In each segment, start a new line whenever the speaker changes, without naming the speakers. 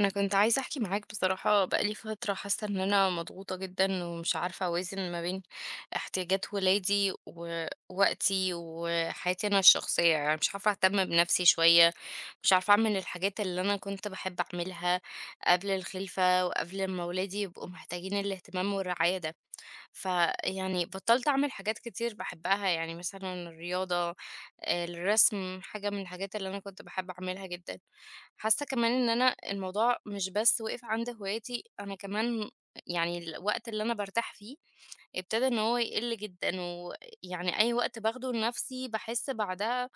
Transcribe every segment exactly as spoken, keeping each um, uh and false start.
انا كنت عايزه احكي معاك بصراحه. بقالي فتره حاسه ان انا مضغوطه جدا ومش عارفه اوازن ما بين احتياجات ولادي ووقتي وحياتي انا الشخصيه، يعني مش عارفه اهتم بنفسي شويه، مش عارفه اعمل الحاجات اللي انا كنت بحب اعملها قبل الخلفه وقبل ما ولادي يبقوا محتاجين الاهتمام والرعايه ده. فيعني بطلت أعمل حاجات كتير باحبها، يعني مثلًا الرياضة، الرسم، حاجة من الحاجات اللي أنا كنت باحب أعملها جدًا. حاسة كمان إن أنا الموضوع مش بس وقف عند هواياتي، أنا كمان يعني الوقت اللي أنا بارتاح فيه ابتدى إن هو يقل جدًا، ويعني أي وقت باخده لنفسي باحس بعدها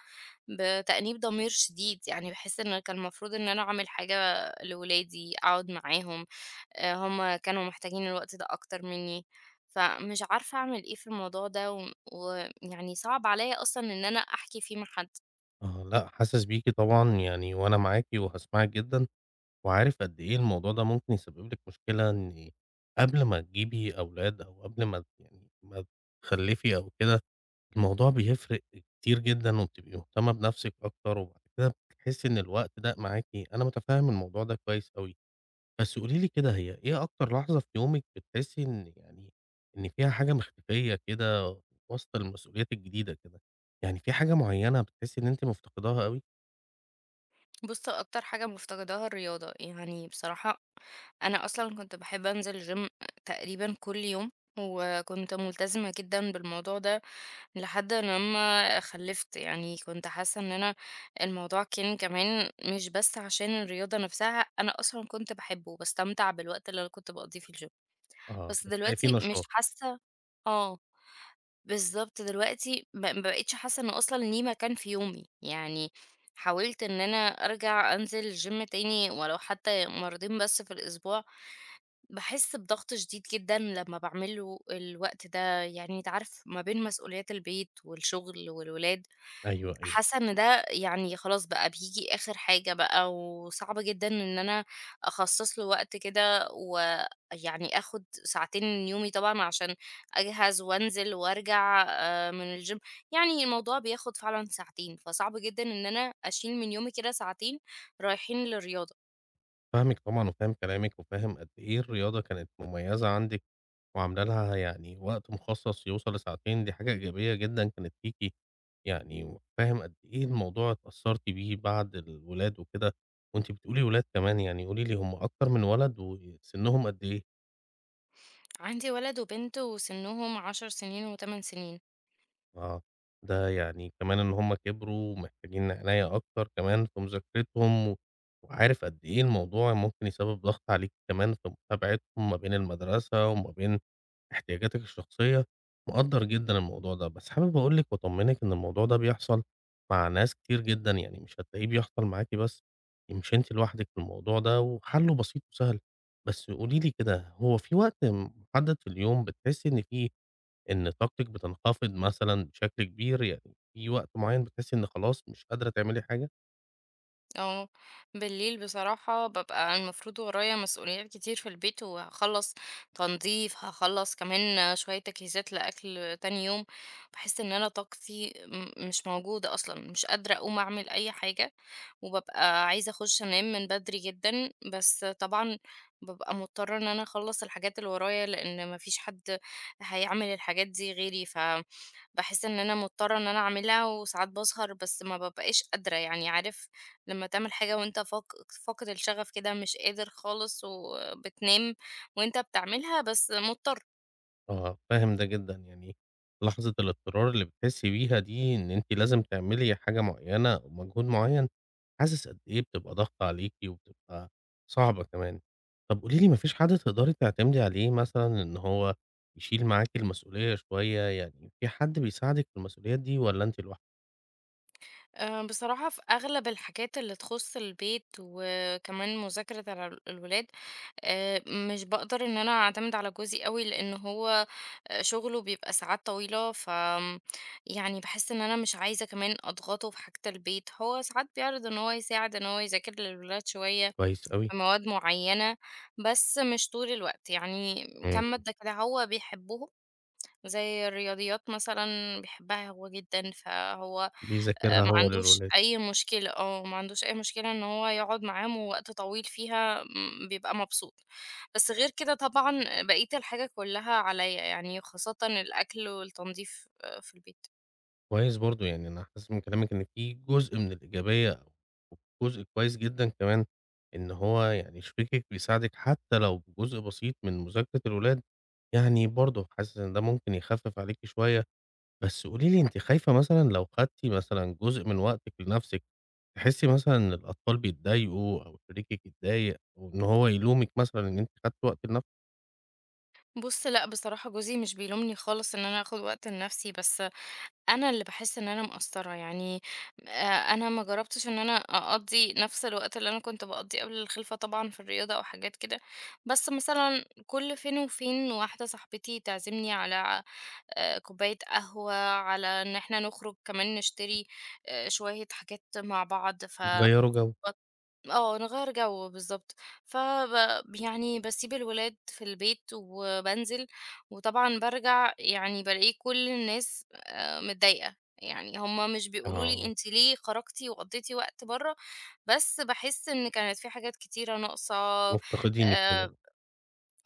بتأنيب ضمير شديد، يعني باحس إن كان المفروض إن أنا أعمل حاجة لولادي، أقعد معاهم. آآ هم كانوا محتاجين الوقت ده أكتر منّي، فمش عارفة أعمل إيه في الموضوع ده و ويعني صعب عليّا أصلًا إن أنا أحكي فيه مع حد.
آه، لأ، حاسس بيكِ طبعًا يعني وأنا معاكِ وهاسمعِك جدًا، وعارف قد إيه الموضوع ده ممكن يسبب لِك مشكلة إن قبل ما تجيبي أولاد أو قبل ما يعني ما تخلّفي أو كده، الموضوع بيفرق كتير جدًا وبتبقي مهتمة بنفسِك أكتر وبعد كده بتحسّي إن الوقت ضاق معاكِ، أنا متفهم الموضوع ده كويس أوي. بس قولي لي كده، هي إيه أكتر لحظة في يومِك بتحسّي إن يعني إن فيها حاجة مختفية كده وسط المسؤوليات الجديدة كده؟ يعني في حاجة معيّنة بتحسّي إن أنتِ مفتقداها أوي؟
بُص، أكتر حاجة مفتقداها الرياضة، يعني بصراحة أنا أصلًا كنت باحب أنزل gym تقريبًا كل يوم، وكنت ملتزمة جدًا بالموضوع ده لحد لمّا خلّفت، يعني كنت حاسة إن أنا الموضوع كان كمان مش بس عشان الرياضة نفسها، أنا أصلًا كنت باحبه وباستمتع بالوقت اللي أنا كنت باقضيه في الgym.
آه،
بس
بتلاقي في
دلوقتي مش
نشاط،
حاسة. آه، بالضبط، دلوقتي ب ما بقيتش حاسة إنه أصلًا ليه مكان في يومي، يعني حاولت إن أنا أرجع أنزل الgym تاني ولو حتى مرّتين بس في الأسبوع باحس بضغط شديد جدًا لمّا باعمل له الوقت ده، يعني أنت عارف ما بين مسؤوليات البيت والشغل والولاد،
أيوه، أيوه،
حاسة إن ده يعني خلاص بقى بييجي آخر حاجة بقى، وصعب جدًا إن أنا أخصص له وقت كده ويعني آخد ساعتين من يومي طبعًا عشان أجهز وأنزل وأرجع آآ من الgym، يعني الموضوع بياخد فعلًا ساعتين، فصعب جدًا إن أنا أشيل من يومي كده ساعتين رايحين للرياضة.
فاهمِك طبعًا وفاهم كلامِك وفاهم قد إيه الرياضة كانت مميزة عندِك وعاملة لها يعني وقت مخصص يوصل لساعتين، دي حاجة إيجابية جدًا كانت فيكِ يعني، وفاهم قد إيه الموضوع اتأثرتِ بيه بعد الولاد وكده، وأنتِ بتقولي ولاد كمان، يعني قولي لي هُم أكتر من ولد وسنهم قد إيه؟
عندي ولد وبنت وسنهم عشر سنين وتمن سنين.
آه، ده يعني كمان إن هُم كبروا ومحتاجين عناية أكتر كمان في مذاكرتهم، و وعارف قد إيه الموضوع ممكن يسبب ضغط عليكِ كمان في متابعتهم ما بين المدرسة وما بين احتياجاتِك الشخصية، مقدّر جدًا الموضوع ده، بس حابب أقول لِك وأطمنِك إن الموضوع ده بيحصل مع ناس كتير جدًا، يعني مش هتلاقيه بيحصل معاكِ بس، مش أنتِ لوحدِك في الموضوع ده، وحلُّه بسيط وسهل. بس قولي لي كده، هو في وقت محدد في اليوم بتحسي إن فيه، إن طاقتِك بتنخفض مثلًا بشكل كبير، يعني في وقت معيّن بتحسّي إن خلاص مش قادرة تعملي حاجة؟
اه، بالليل بصراحة ببقى المفروض ورايا مسؤوليات كتير في البيت وهخلص تنظيف، هخلص كمان شوية تجهيزات لأكل تاني يوم. بحس ان انا طاقتي م- مش موجودة اصلا، مش قادرة اقوم اعمل اي حاجة وببقى عايزة اخش انام من بدري جدا، بس طبعا ببقى مضطرة ان انا اخلص الحاجات اللي ورايا لان مفيش حد هيعمل الحاجات دي غيري، ف باحس إن أنا مضطرة إن أنا أعملها وساعات باسهر، بس ما بابقاش قادرة، يعني عارف لمّا تعمل حاجة وأنت فاق فاقد الشغف كده مش قادر خالص وبتنام وأنت بتعملها بس مضطر.
آه، فاهم ده جدًا، يعني لحظة الاضطرار اللي بتحسّي بيها دي، إن أنتِ لازم تعملي حاجة معيّنة أو مجهود معيّن، حاسس قد إيه بتبقى ضاغطة عليكِ وبتبقى صعبة كمان. طب قولي لي، ما فيش حد تقدري تعتمدي عليه مثلًا إن هو يشيل معاكِ المسؤولية شوية، يعني في حد بيساعدِك في المسؤوليات دي والّا أنتِ لوحدِك؟
آآ بصراحة في أغلب الحاجات اللي تخُص البيت وكمان مذاكرة الع الولاد، آآ مش باقدر إن أنا أعتمد على جوزي أوي لإن هو آه، شغله بيبقى ساعات طويلة ف آمم، يعني باحس إن أنا مش عايزة كمان أضغطه في حاجة البيت، هو ساعات بيعرض إن هو يساعد إن هو يذاكر للولاد شوية
كويس أوي.
في مواد معينة، بس مش طول الوقت، يعني
إمم.
كام مادة كده هو بيحبهم زي الرياضيات مثلًا بيحبها هو جدًا، فهو آآ
بيذاكرها
ما
هو
عندوش
للولاد.
أي مشكلة. آه، ما عندوش أي مشكلة إن هو يقعد معاهم وقت طويل فيها، امم، بيبقى مبسوط. بس غير كده طبعًا بقية الحاجة كلّها عليّا، يعني خاصةً الأكل والتنضيف آه، في البيت.
كويس برضه، يعني أنا حاسس من كلامِك إن في جزء من الإيجابية أو جزء كويس جدًا كمان، إن هو يعني شريكِك بيساعدِك حتى لو بجزء بسيط من مذاكرة الولاد، يعني برضه حاسس إن ده ممكن يخفف عليكِ شوية. بس قولي لي، أنتِ خايفة مثلًا لو خدتِ مثلًا جزء من وقتِك لنفسِك، تحسي مثلًا إن الأطفال بيتضايقوا أو شريكِك يتضايق أو إن هو يلومِك مثلًا إن أنتِ خدتِ وقت لنفسِك
بُص لأ، بصراحة جوزي مش بيلومني خالص إن أنا آخد وقت لنفسي، بس أنا اللي باحس إن أنا مقصّرة، يعني آآ أنا ما جرّبتش إن أنا أقضّي نَفْس الوقت اللي أنا كنت باقضّيه قبل الخِلفة طبعًا في الرياضة أو حاجات كده، بس مثلًا كل فين وفين واحدة صاحبتي تعزمني على آآ كوباية قهوة، على إن إحنا نخرُج كمان نشتري آآ شوية حاجات مع بعض، ف
وتغيّروا جو؟
آه، نغيّر جو بالضبط. فب يعني باسيب الولاد في البيت وبانزل، وطبعًا بارجع يعني بالاقي كل الناس آآ متضايقة، يعني هُم مش بيقولوا لي
آه،
أنتِ ليه خرجتِ وقضّيتِ وقت برّه، بس باحس إن كانت في حاجات كتيرة ناقصة.
مفتقدينِك هنا،
آآ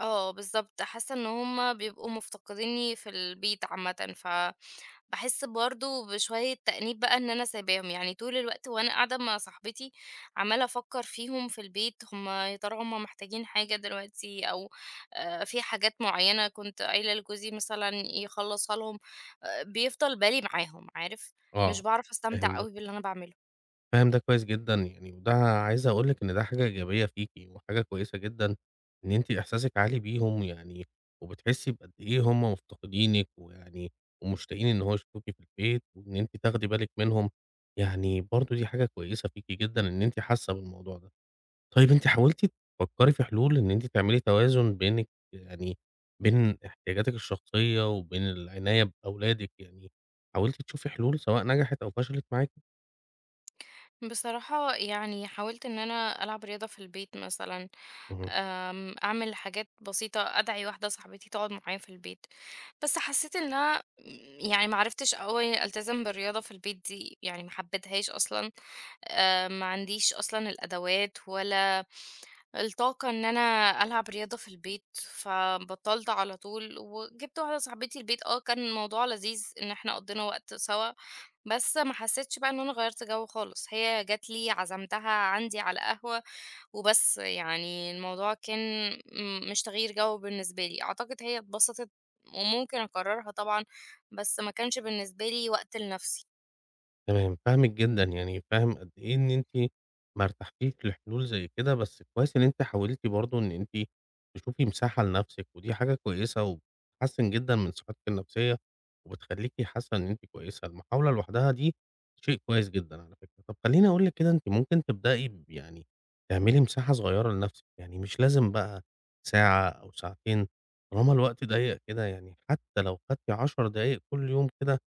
آه، بالضبط، حاسة إن هُم بيبقوا مفتقدينّي في البيت عامةً، فباحس برضه بشوية تأنيب بقى إن أنا سايباهم، يعني طول الوقت وأنا قاعدة مع صاحبتي عمّالة أفكّر فيهم في البيت، هُم يا ترى هُم محتاجين حاجة دلوقتي أو آآ في حاجات معيّنة كنت قايلة لجوزي مثلًا يخلّصها لهم، آآ بيفضل بالي معاهم عارف، مش
آه،
باعرف
فاهم
أستمتع
ده.
أوي باللي أنا باعمله.
فاهم ده كويس جدًا يعني، وده عايز أقول لِك إن ده حاجة إيجابية فيكِ، وحاجة كويسة جدًا إن أنتِ إحساسِك عالي بيهم يعني، وبتحسي بقد إيه هُم مفتقدينِك، ويعني ومشتاقين إن هو يشوفوكِ في البيت، وإن أنتِ تاخدي بالِك منهم، يعني برضه دي حاجة كويسة فيكِ جدًا إن أنتِ حاسة بالموضوع ده. طيب أنتِ حاولتِ تفكري في حلول إن أنتِ تعملي توازن بينِك يعني، بين احتياجاتِك الشخصية، وبين العناية بأولادِك يعني، حاولتِ تشوفي حلول سواء نجحت أو فشلت معاكِ؟
بصراحة يعني حاولت إن أنا ألعب رياضة في البيت مثلًا،
اهم.
آمم، أعمل حاجات بسيطة، أدعي واحدة صاحبتي تقعد معايا في البيت، بس حسيت إن أنا يعني ما عرفتش أوي ألتزم بالرياضة في البيت دي، يعني ما حبيتهاش أصلًا، آآ، ما عنديش أصلًا الأدوات ولا الطاقة إن أنا ألعب رياضة في البيت، فبطّلت على طول وجِبت واحدة صاحبتي البيت، آه، كان الموضوع لذيذ إن إحنا قضّينا وقت سوا، بس ما حسيتش بقى إن أنا غيّرت جو خالص، هي جات لي عزمتها عندي على قهوة وبس، يعني الموضوع كان م مش تغيير جو بالنسبة لي، أعتقد هي اتبسطت وممكن أكررها طبعًا، بس ما كانش بالنسبة لي وقت لنفسي.
تمام، فاهمِك جدًا، يعني فاهم قد إيه إن أنتِ ما ارتحتيش لحلول زي كده، بس كويس إن أنتِ حاولتِ برضه إن أنتِ تشوفي مساحة لنفسِك، ودي حاجة كويسة وبتحسّن جدًا من صحتِك النفسية، وبتخلّيكِ حاسة إن أنتِ كويسة، المحاولة لوحدها دي شيء كويس جدًا على فكرة. طب خلّيني أقول لِك كده، أنتِ ممكن تبدئي ب يعني تعملي مساحة صغيرة لنفسِك، يعني مش لازم بقى ساعة أو ساعتين، طالما الوقت ضيّق كده، يعني حتى لو خدتِ عشر دقايق كل يوم كده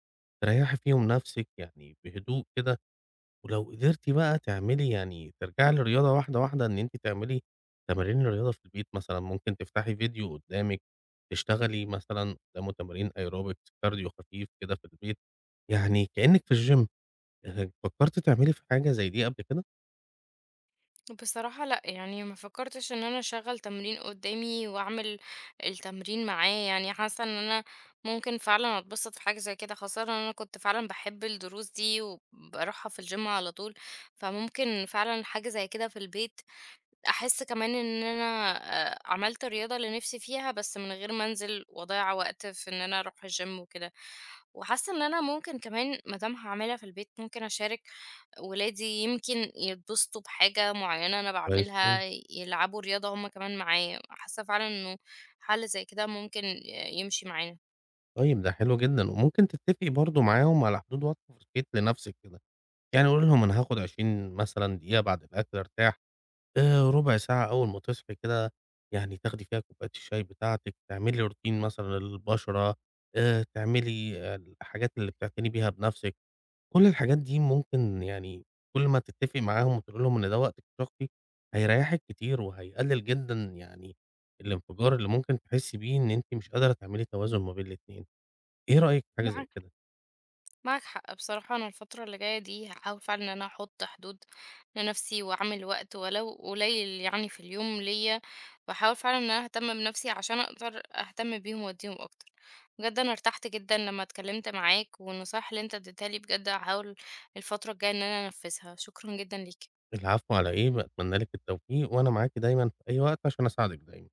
تريّحي فيهم نَفْسِك يعني بهدوء كده، ولو قدرتِ بقى تعملي يعني ترجعي للرياضة واحدة، واحدة إن أنتِ تعملي تمارين الرياضة في البيت مثلًا، ممكن تفتحي فيديو قدّامِك، تشتغلي مثلًا قدّامه تمارين aerobics كارديو خفيف كده في البيت، يعني كإنِّك في الgym. آآ، فكّرتِ تعملي في حاجة زي دي قبل كده؟
بصراحة لأ، يعني ما فكرتش إن أنا أشغّل تمرين قدّامي وأعمل التمرين معاه، يعني حاسة إن أنا ممكن فعلًا أتبسط في حاجة زي كده، خاصةً إن أنا كنت فعلًا باحب الدروس دي وباروحها في الgym على طول، فممكن فعلًا حاجة زي كده في البيت أحس كمان إن أنا آآ عملت الرياضة اللي نِفْسي فيها، بس من غير ما أنزل وأضيّع وقت في إن أنا أروح الgym وكده. وحاسة إن أنا ممكن كمان ما دام هاعملها في البيت، ممكن أشارك ولادي يمكن يتبسطوا بحاجة معيّنة أنا
كويس
باعملها،
أوي،
يلعبوا رياضة هم كمان معايا. حاسة فعلًا إنه حَل زي كده ممكن ي يمشي معانا.
طيب ده حلو جدًا، وممكن تتفقي برضه معاهم على حدود وقت بريك لنَفْسِك كده، يعني قولي لهم أنا هاخد عشرين مثلًا دقيقة بعد الأكل أرتاح، آآ ربع ساعة أول ما تصحي كده، يعني تاخدي فيها كوباية الشاي بتاعتك، تعملي روتين مثلًا للبشرة، آآ تعملي آه، الحاجات اللي بتعتني بيها بنفسِك، كل الحاجات دي ممكن يعني كل ما تتفقي معاهم وتقولي لهم إن ده وقتِك الشخصي، هيريحِك كتير وهيقلل جدًا يعني الانفجار اللي ممكن تحسي بيه إن أنتِ مش قادرة تعملي توازن ما بين الاتنين، إيه رأيِك في حاجة زي كده؟
معاك حق بصراحة، أنا الفترة اللي جاية دي هحاول فعلا إن أنا أحط حدود لنفسي وأعمل وقت ولو قليل يعني في اليوم ليا، وأحاول فعلا إن أنا أهتم بنفسي عشان أقدر أهتم بيهم وأديهم أكتر. بجد أنا ارتحت جدا لما اتكلمت معاك، والنصايح اللي أنت اديتها لي بجد هحاول الفترة الجاية إن أنا أنفذها. شكرا جدا ليك.
العفو على إيه، باتمنى لِك التوفيق، وأنا معاكِ دايمًا في أي وقت عشان أساعدِك دايمًا.